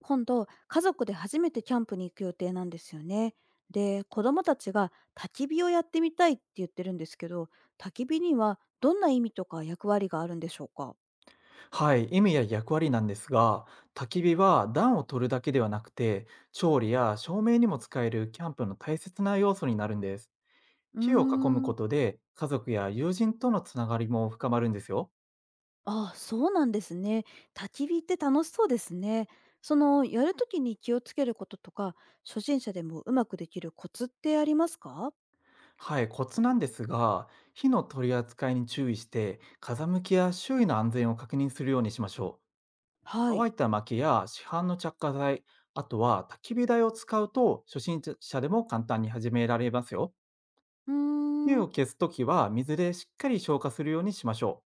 今度、家族で初めてキャンプに行く予定なんですよね。で、子供たちが焚き火をやってみたいって言ってるんですけど、焚き火にはどんな意味とか役割があるんでしょうか？はい、意味や役割なんですが、焚き火は暖を取るだけではなくて、調理や照明にも使えるキャンプの大切な要素になるんです。うー火を囲むん、ことで、家族や友人とのつながりも深まるんですよ。あ、そうなんですね。焚き火って楽しそうですね。やるときに気をつけることとか、初心者でもうまくできるコツってありますか？はい、コツなんですが、火の取り扱いに注意して、風向きや周囲の安全を確認するようにしましょう。はい。乾いた薪や市販の着火剤、あとは焚き火台を使うと、初心者でも簡単に始められますよ。うー火ん。を消すときは水でしっかり消火するようにしましょう。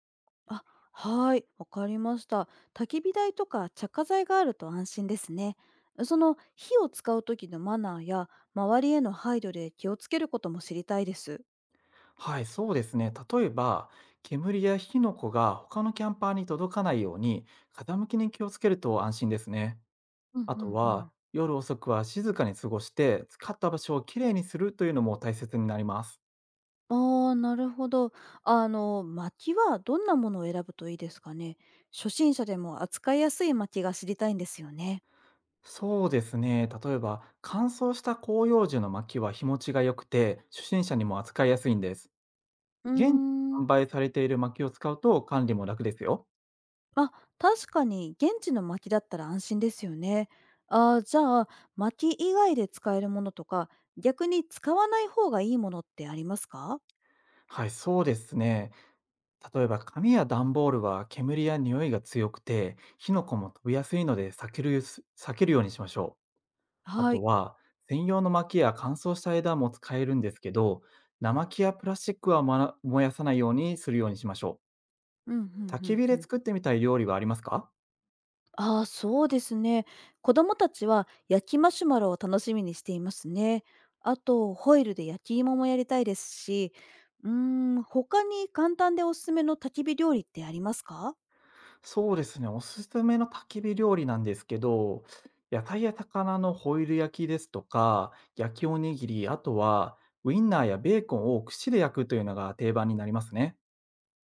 あ、はい、わかりました。焚き火台とか着火剤があると安心ですね。その火を使う時のマナーや周りへの配慮で気をつけることも知りたいです。はい、そうですね。例えば、煙や火の粉が他のキャンパーに届かないように、風向きに気をつけると安心ですね。うんあうとんうは、ん。夜遅くは静かに過ごして、使った場所をきれいにするというのも大切になります。ああ、なるほど。薪はどんなものを選ぶといいですかね。初心者でも扱いやすい薪が知りたいんですよね。そうですね。例えば、乾燥した広葉樹の薪は日持ちが良くて、初心者にも扱いやすいんです。うー現地でん。販売されている薪を使うと管理も楽ですよ。あ、確かに現地の薪だったら安心ですよね。あー、じゃあ、薪以外で使えるものとか逆に使わない方がいいものってありますか？はい、そうですね。例えば紙や段ボールは煙や匂いが強くて火の粉も飛びやすいので避けるようにしましょう。あはい。とは専用の薪や乾燥した枝も使えるんですけど、生木やプラスチックは燃やさないようにするようにしましょう。うんうんう焚きん火うでん。作ってみたい料理はありますか？ああ、そうですね。子供たちは焼きマシュマロを楽しみにしていますね。あとホイルで焼き芋もやりたいですし、うーん、他に簡単でおすすめの焚き火料理ってありますか？そうですね、おすすめの焚き火料理なんですけど、野菜や魚のホイル焼きですとか、焼きおにぎり、あとはウインナーやベーコンを串で焼くというのが定番になりますね。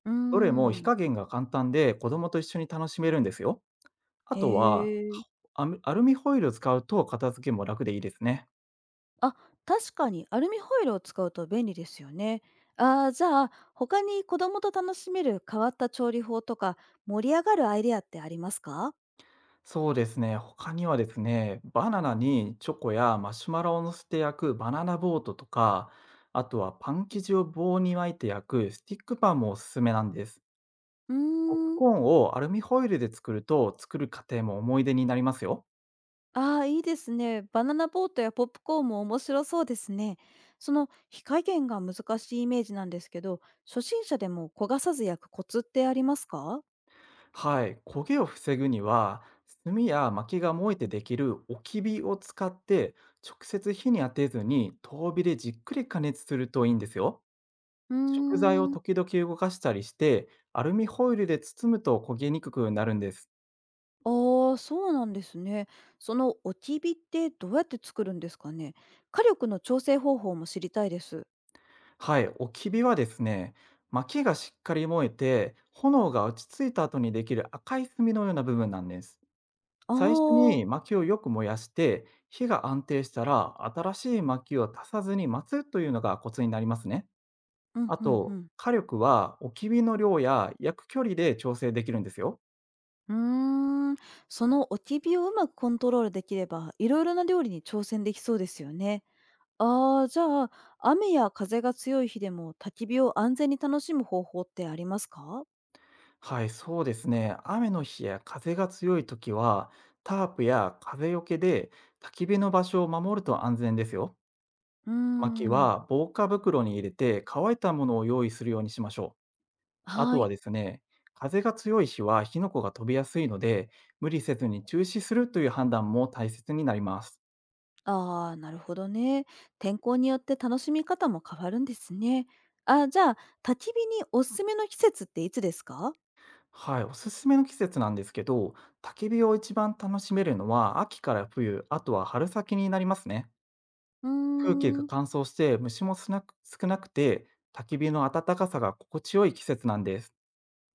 うーどれも火ん。加減が簡単で、子供と一緒に楽しめるんですよ。あへとは、え。アルミホイルを使うと片付けも楽でいいですね。あ、確かにアルミホイルを使うと便利ですよね。ああ、じゃあ、他に子供と楽しめる変わった調理法とか、盛り上がるアイデアってありますか？そうですね、他にはですね、バナナにチョコやマシュマロを乗せて焼くバナナボートとか、あとはパン生地を棒に巻いて焼くスティックパンもおすすめなんです。うーポップん。コーンをアルミホイルで作ると、作る過程も思い出になりますよ。ああ、いいですね。バナナボートやポップコーンも面白そうですね。火加減が難しいイメージなんですけど、初心者でも焦がさず焼くコツってありますか？はい、焦げを防ぐには、炭や薪が燃えてできる置き火を使って、直接火に当てずに遠火でじっくり加熱するといいんですよ。うー食材をん。時々動かしたりして、アルミホイルで包むと焦げにくくなるんです。ああ、そうなんですね。そのおき火ってどうやって作るんですかね。火力の調整方法も知りたいです。はい、置き火はですね、薪がしっかり燃えて炎が落ち着いた後にできる赤い炭のような部分なんです。あ最初あ、に薪をよく燃やして、火が安定したら新しい薪を足さずに待つというのがコツになりますね。うんあうんうと、ん。火力はおき火の量や焼く距離で調整できるんですよ。うーん、そのおき火をうまくコントロールできれば、いろいろな料理に挑戦できそうですよね。ああ、じゃあ、雨や風が強い日でも焚き火を安全に楽しむ方法ってありますか？はい、そうですね。雨の日や風が強い時は、タープや風よけで焚き火の場所を守ると安全ですよ。うー薪ん、は防火袋に入れて乾いたものを用意するようにしましょう。あとははい。ですね、風が強い日は火の粉が飛びやすいので、無理せずに中止するという判断も大切になります。ああ、なるほどね。天候によって楽しみ方も変わるんですね。あ、じゃあ、焚き火におすすめの季節っていつですか？はい、おすすめの季節なんですけど、焚き火を一番楽しめるのは秋から冬、あとは春先になりますね。う空気ーがん。乾燥して虫も少なくて、焚き火の暖かさが心地よい季節なんです。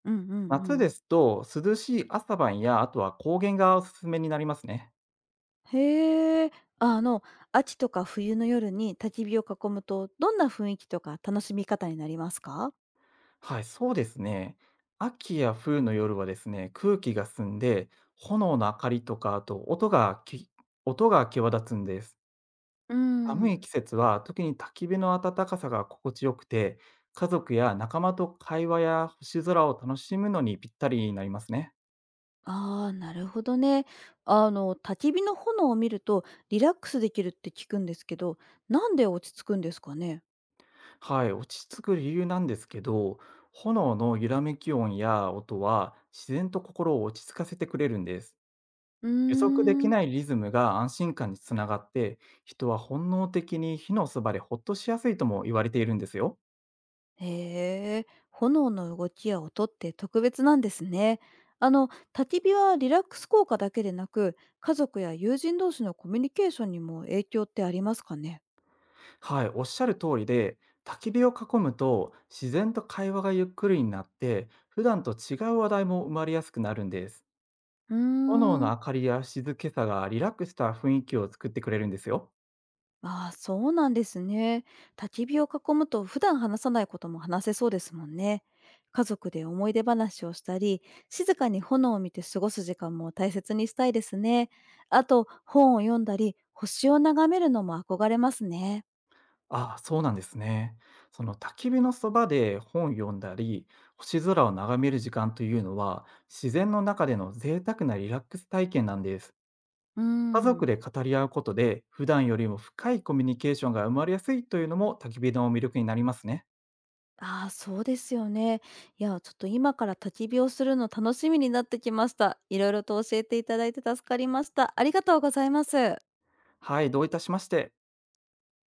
うんうんう夏でん。すと涼しい朝晩や、あとは高原がおすすめになりますね。へえ。あ、秋とか冬の夜に焚き火を囲むと、どんな雰囲気とか楽しみ方になりますか？はい、そうですね。秋や冬の夜はですね、空気が澄んで、炎の明かりとか、あと音が際立つんです。うー寒ん。い季節は、特に焚き火の暖かさが心地よくて、家族や仲間と会話や星空を楽しむのにぴったりになりますね。ああ、なるほどね。焚き火の炎を見るとリラックスできるって聞くんですけど、なんで落ち着くんですかね？はい、落ち着く理由なんですけど、炎の揺らめき音は自然と心を落ち着かせてくれるんです。うー予測できん。ないリズムが安心感につながって、人は本能的に火のそばでほっとしやすいとも言われているんですよ。へえ、炎の動きや音って特別なんですね。あの、焚き火はリラックス効果だけでなく、家族や友人同士のコミュニケーションにも影響ってありますかね？はい、おっしゃる通りで、焚き火を囲むと自然と会話がゆっくりになって、普段と違う話題も生まれやすくなるんです。うー炎のん、明かりや静けさがリラックスした雰囲気を作ってくれるんですよ。ああ、そうなんですね。焚き火を囲むと普段話さないことも話せそうですもんね。家族で思い出話をしたり、静かに炎を見て過ごす時間も大切にしたいですね。あと、本を読んだり、星を眺めるのも憧れますね。ああ、そうなんですね。その焚き火のそばで本を読んだり、星空を眺める時間というのは、自然の中での贅沢なリラックス体験なんです。うー家族ん。で語り合うことで、普段よりも深いコミュニケーションが生まれやすいというのも焚き火の魅力になりますね。ああ、そうですよね。いや、ちょっと今から焚き火をするの楽しみになってきました。いろいろと教えていただいて助かりました。ありがとうございます。はい、どういたしまして。